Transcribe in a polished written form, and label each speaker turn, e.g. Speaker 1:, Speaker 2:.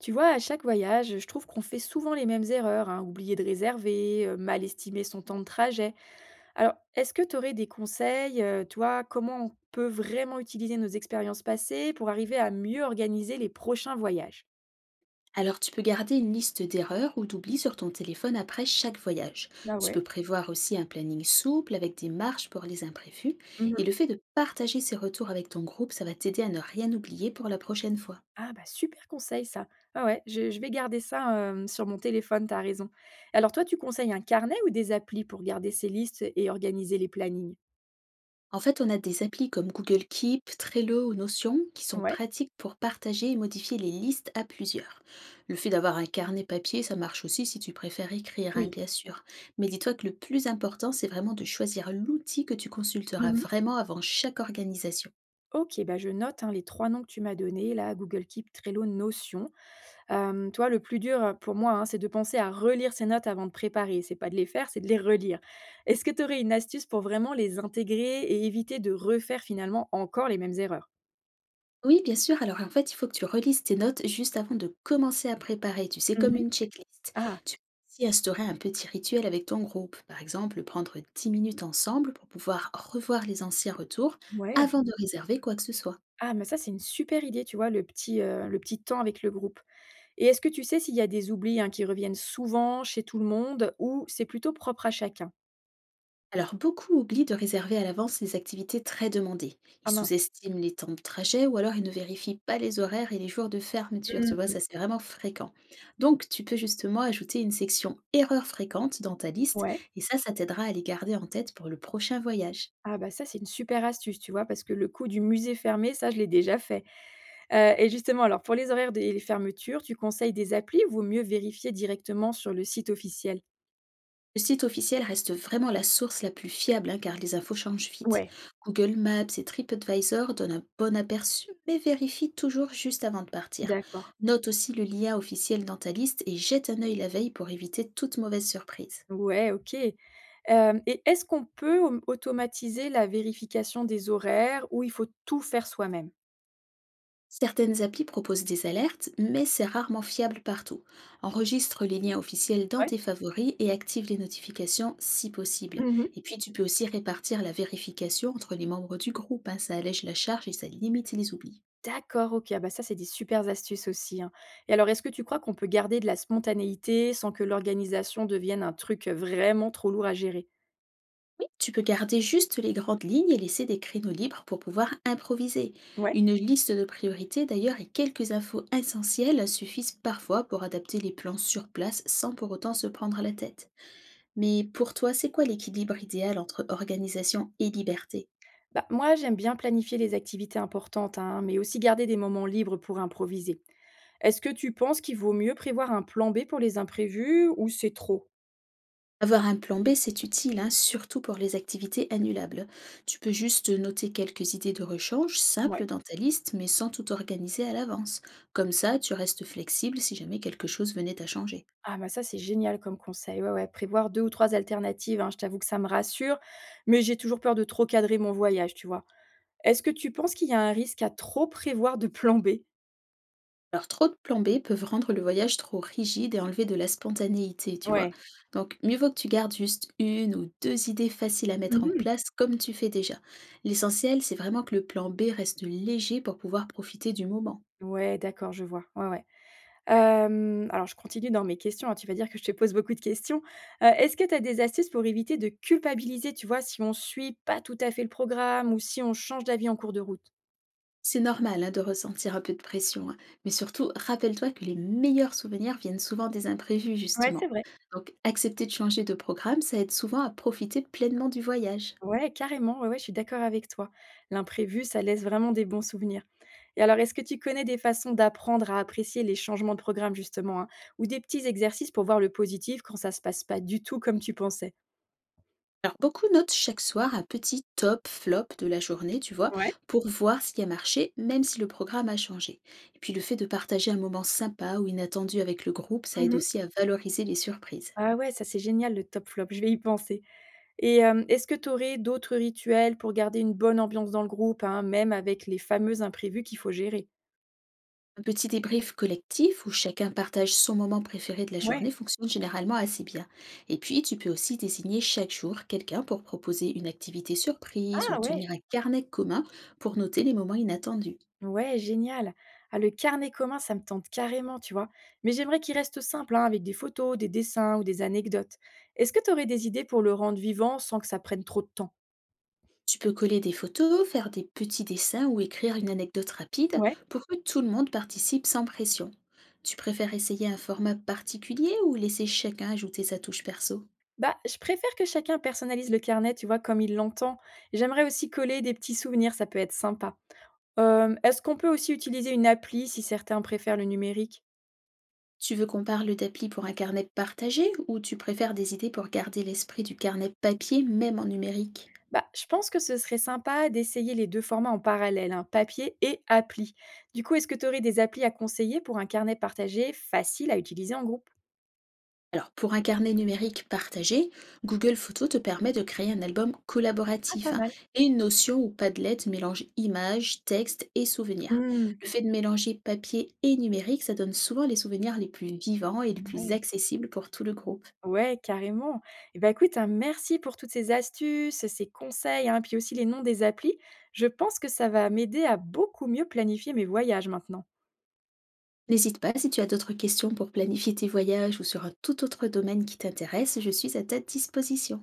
Speaker 1: Tu vois, à chaque voyage, je trouve qu'on fait souvent les mêmes erreurs, hein, oublier de réserver, mal estimer son temps de trajet. Alors, est-ce que tu aurais des conseils, toi, comment on peut vraiment utiliser nos expériences passées pour arriver à mieux organiser les prochains voyages?
Speaker 2: Alors tu peux garder une liste d'erreurs ou d'oublis sur ton téléphone après chaque voyage.
Speaker 1: Bah
Speaker 2: Tu peux
Speaker 1: ouais.
Speaker 2: prévoir aussi un planning souple avec des marges pour les imprévus. Et le
Speaker 1: Mhm.
Speaker 2: fait de partager ces retours avec ton groupe, ça va t'aider à ne rien oublier pour la prochaine fois.
Speaker 1: Ah bah super conseil ça. Ah ouais, je vais garder ça sur mon téléphone, t'as raison. Alors toi, tu conseilles un carnet ou des applis pour garder ces listes et organiser les plannings?
Speaker 2: En fait, on a des applis comme Google Keep, Trello ou Notion qui sont
Speaker 1: Ouais.
Speaker 2: pratiques pour partager et modifier les listes à plusieurs. Le fait d'avoir un carnet papier, ça marche aussi si tu préfères écrire, hein,
Speaker 1: Oui.
Speaker 2: bien sûr. Mais dis-toi que le plus important, c'est vraiment de choisir l'outil que tu consulteras vraiment avant chaque organisation.
Speaker 1: Ok, bah je note hein, les trois noms que tu m'as donnés, là, Google Keep, Trello, Notion. Toi, le plus dur pour moi, hein, c'est de penser à relire ces notes avant de préparer. C'est pas de les faire, c'est de les relire. Est-ce que tu aurais une astuce pour vraiment les intégrer et éviter de refaire finalement encore les mêmes erreurs?
Speaker 2: Oui, bien sûr. Alors, en fait, il faut que tu relises tes notes juste avant de commencer à préparer. Tu sais, comme
Speaker 1: Mhm.
Speaker 2: une checklist.
Speaker 1: Ah,
Speaker 2: Tu peux aussi instaurer un petit rituel avec ton groupe. Par exemple, prendre 10 minutes ensemble pour pouvoir revoir les anciens retours
Speaker 1: ouais.
Speaker 2: avant de réserver quoi que ce soit.
Speaker 1: Ah, mais ça, c'est une super idée, tu vois, le petit temps avec le groupe. Et est-ce que tu sais s'il y a des oublis hein, qui reviennent souvent chez tout le monde ou c'est plutôt propre à chacun?
Speaker 2: Alors, beaucoup oublient de réserver à l'avance les activités très demandées. Ils
Speaker 1: Ah mince.
Speaker 2: sous-estiment les temps de trajet ou alors ils ne vérifient pas les horaires et les jours de fermeture. Tu vois,
Speaker 1: Mm.
Speaker 2: ça c'est vraiment fréquent. Donc, tu peux justement ajouter une section erreurs fréquentes dans ta liste
Speaker 1: Ouais.
Speaker 2: et ça t'aidera à les garder en tête pour le prochain voyage.
Speaker 1: Ah bah ça, c'est une super astuce, tu vois? Parce que le coup du musée fermé, ça, je l'ai déjà fait. Et justement, alors pour les horaires et les fermetures, tu conseilles des applis ou vaut mieux vérifier directement sur le site officiel?
Speaker 2: Le site officiel reste vraiment la source la plus fiable hein, car les infos changent vite.
Speaker 1: Ouais,
Speaker 2: Google Maps et TripAdvisor donnent un bon aperçu mais vérifie toujours juste avant de partir.
Speaker 1: d'accord.
Speaker 2: Note aussi le lien officiel dans ta liste et jette un œil la veille pour éviter toute mauvaise surprise.
Speaker 1: Ouais, OK. Hem et est-ce qu'on peut au automatiser la vérification des horaires ou il faut tout faire soi-même?
Speaker 2: Certaines applis proposent des alertes, mais c'est rarement fiable partout. Enregistre les liens officiels dans
Speaker 1: Ouais.
Speaker 2: tes favoris et active les notifications si possible.
Speaker 1: Mmh.
Speaker 2: Et puis tu peux aussi répartir la vérification entre les membres du groupe, hein, ça allège la charge et ça limite les oublis.
Speaker 1: D'accord, OK. Ah bah ça, c'est des supers astuces aussi, hein, et alors est-ce que tu crois qu'on peut garder de la spontanéité sans que l'organisation devienne un truc vraiment trop lourd à gérer?
Speaker 2: Tu peux garder juste les grandes lignes et laisser des créneaux libres pour pouvoir improviser.
Speaker 1: Ouais.
Speaker 2: Une liste de priorités d'ailleurs et quelques infos essentielles suffisent parfois pour adapter les plans sur place sans pour autant se prendre la tête. Mais pour toi, c'est quoi l'équilibre idéal entre organisation et liberté?
Speaker 1: Bah, moi, j'aime bien planifier les activités importantes, hein, mais aussi garder des moments libres pour improviser. Est-ce que tu penses qu'il vaut mieux prévoir un plan B pour les imprévus ou c'est trop?
Speaker 2: Avoir un plan B, c'est utile, hein, surtout pour les activités annulables. Tu peux juste noter quelques idées de rechange
Speaker 1: Ouais.
Speaker 2: simples dans ta liste, mais sans tout organiser à l'avance. Comme ça, tu restes flexible si jamais quelque chose venait à changer.
Speaker 1: Ah, bah ça, c'est génial comme conseil. Ouais, ouais, prévoir deux ou trois alternatives, hein, je t'avoue que ça me rassure, mais j'ai toujours peur de trop cadrer mon voyage, tu vois. Est-ce que tu penses qu'il y a un risque à trop prévoir de plan B?
Speaker 2: Alors, trop de plans B peuvent rendre le voyage trop rigide et enlever de la spontanéité, tu vois.
Speaker 1: Ouais.
Speaker 2: Donc, mieux vaut que tu gardes juste une ou deux idées faciles à mettre en
Speaker 1: Mhm.
Speaker 2: place comme tu fais déjà. L'essentiel, c'est vraiment que le plan B reste léger pour pouvoir profiter du moment.
Speaker 1: Ouais, d'accord, je vois. Ouais, ouais. Hem, alors je continue dans mes questions, hein, tu vas dire que je te pose beaucoup de questions. Est-ce que tu as des astuces pour éviter de culpabiliser, tu vois, si on suit pas tout à fait le programme ou si on change d'avis en cours de route?
Speaker 2: C'est normal hein, de ressentir un peu de pression, hein, mais surtout, rappelle-toi que les meilleurs souvenirs viennent souvent des imprévus,
Speaker 1: Ouais, c'est
Speaker 2: justement.
Speaker 1: vrai.
Speaker 2: Donc, accepter de changer de programme, ça aide souvent à profiter pleinement du voyage.
Speaker 1: Ouais, carrément, ouais, ouais, je suis d'accord avec toi. L'imprévu, ça laisse vraiment des bons souvenirs. Et alors, est-ce que tu connais des façons d'apprendre à apprécier les changements de programme justement, hein, ou des petits exercices pour voir le positif quand ça se passe pas du tout comme tu pensais?
Speaker 2: Alors beaucoup notent chaque soir un petit top flop de la journée, tu vois,
Speaker 1: Ouais.
Speaker 2: pour voir ce qui a marché, même si le programme a changé. Et puis le fait de partager un moment sympa ou inattendu avec le groupe, ça aide
Speaker 1: Mmh.
Speaker 2: aussi à valoriser les surprises.
Speaker 1: Ah ouais, ça c'est génial le top flop, je vais y penser. Et hem, est-ce que tu aurais d'autres rituels pour garder une bonne ambiance dans le groupe, hein, même avec les fameux imprévus qu'il faut gérer?
Speaker 2: Un petit débrief collectif où chacun partage son moment préféré de la journée
Speaker 1: Ouais.
Speaker 2: fonctionne généralement assez bien. Et puis tu peux aussi désigner chaque jour quelqu'un pour proposer une activité surprise ou
Speaker 1: Ah ouais!
Speaker 2: tenir un carnet commun pour noter les moments inattendus.
Speaker 1: Ouais, génial. Ah, le carnet commun, ça me tente carrément, tu vois? Mais j'aimerais qu'il reste simple, hein, avec des photos, des dessins ou des anecdotes. Est-ce que tu aurais des idées pour le rendre vivant sans que ça prenne trop de temps?
Speaker 2: Tu peux coller des photos, faire des petits dessins ou écrire une anecdote rapide
Speaker 1: Ouais.
Speaker 2: pour que tout le monde participe sans pression. Tu préfères essayer un format particulier ou laisser chacun ajouter sa touche perso?
Speaker 1: Bah, je préfère que chacun personnalise le carnet, tu vois, comme il l'entend. J'aimerais aussi coller des petits souvenirs, ça peut être sympa. Hem, est-ce qu'on peut aussi utiliser une appli si certains préfèrent le numérique?
Speaker 2: Tu veux qu'on parle d'appli pour un carnet partagé ou tu préfères des idées pour garder l'esprit du carnet papier même en numérique?
Speaker 1: Bah, je pense que ce serait sympa d'essayer les 2 formats en parallèle, hein, papier et appli. Du coup, est-ce que tu aurais des applis à conseiller pour un carnet partagé facile à utiliser en groupe?
Speaker 2: Alors, pour un carnet numérique partagé, Google Photos te permet de créer un album
Speaker 1: Ah,
Speaker 2: collaboratif
Speaker 1: pas
Speaker 2: hein,
Speaker 1: mal.
Speaker 2: et une notion où Padlet mélange images, textes et souvenirs.
Speaker 1: Mmh.
Speaker 2: Le fait de mélanger papier et numérique, ça donne souvent les souvenirs les plus vivants et les plus
Speaker 1: Ouais.
Speaker 2: accessibles pour tout le groupe.
Speaker 1: Ouais, carrément. Et bah, écoute, hein, merci pour toutes ces astuces, ces conseils, hein, puis aussi les noms des applis. Je pense que ça va m'aider à beaucoup mieux planifier mes voyages maintenant.
Speaker 2: N'hésite pas, si tu as d'autres questions pour planifier tes voyages ou sur un tout autre domaine qui t'intéresse, je suis à ta disposition.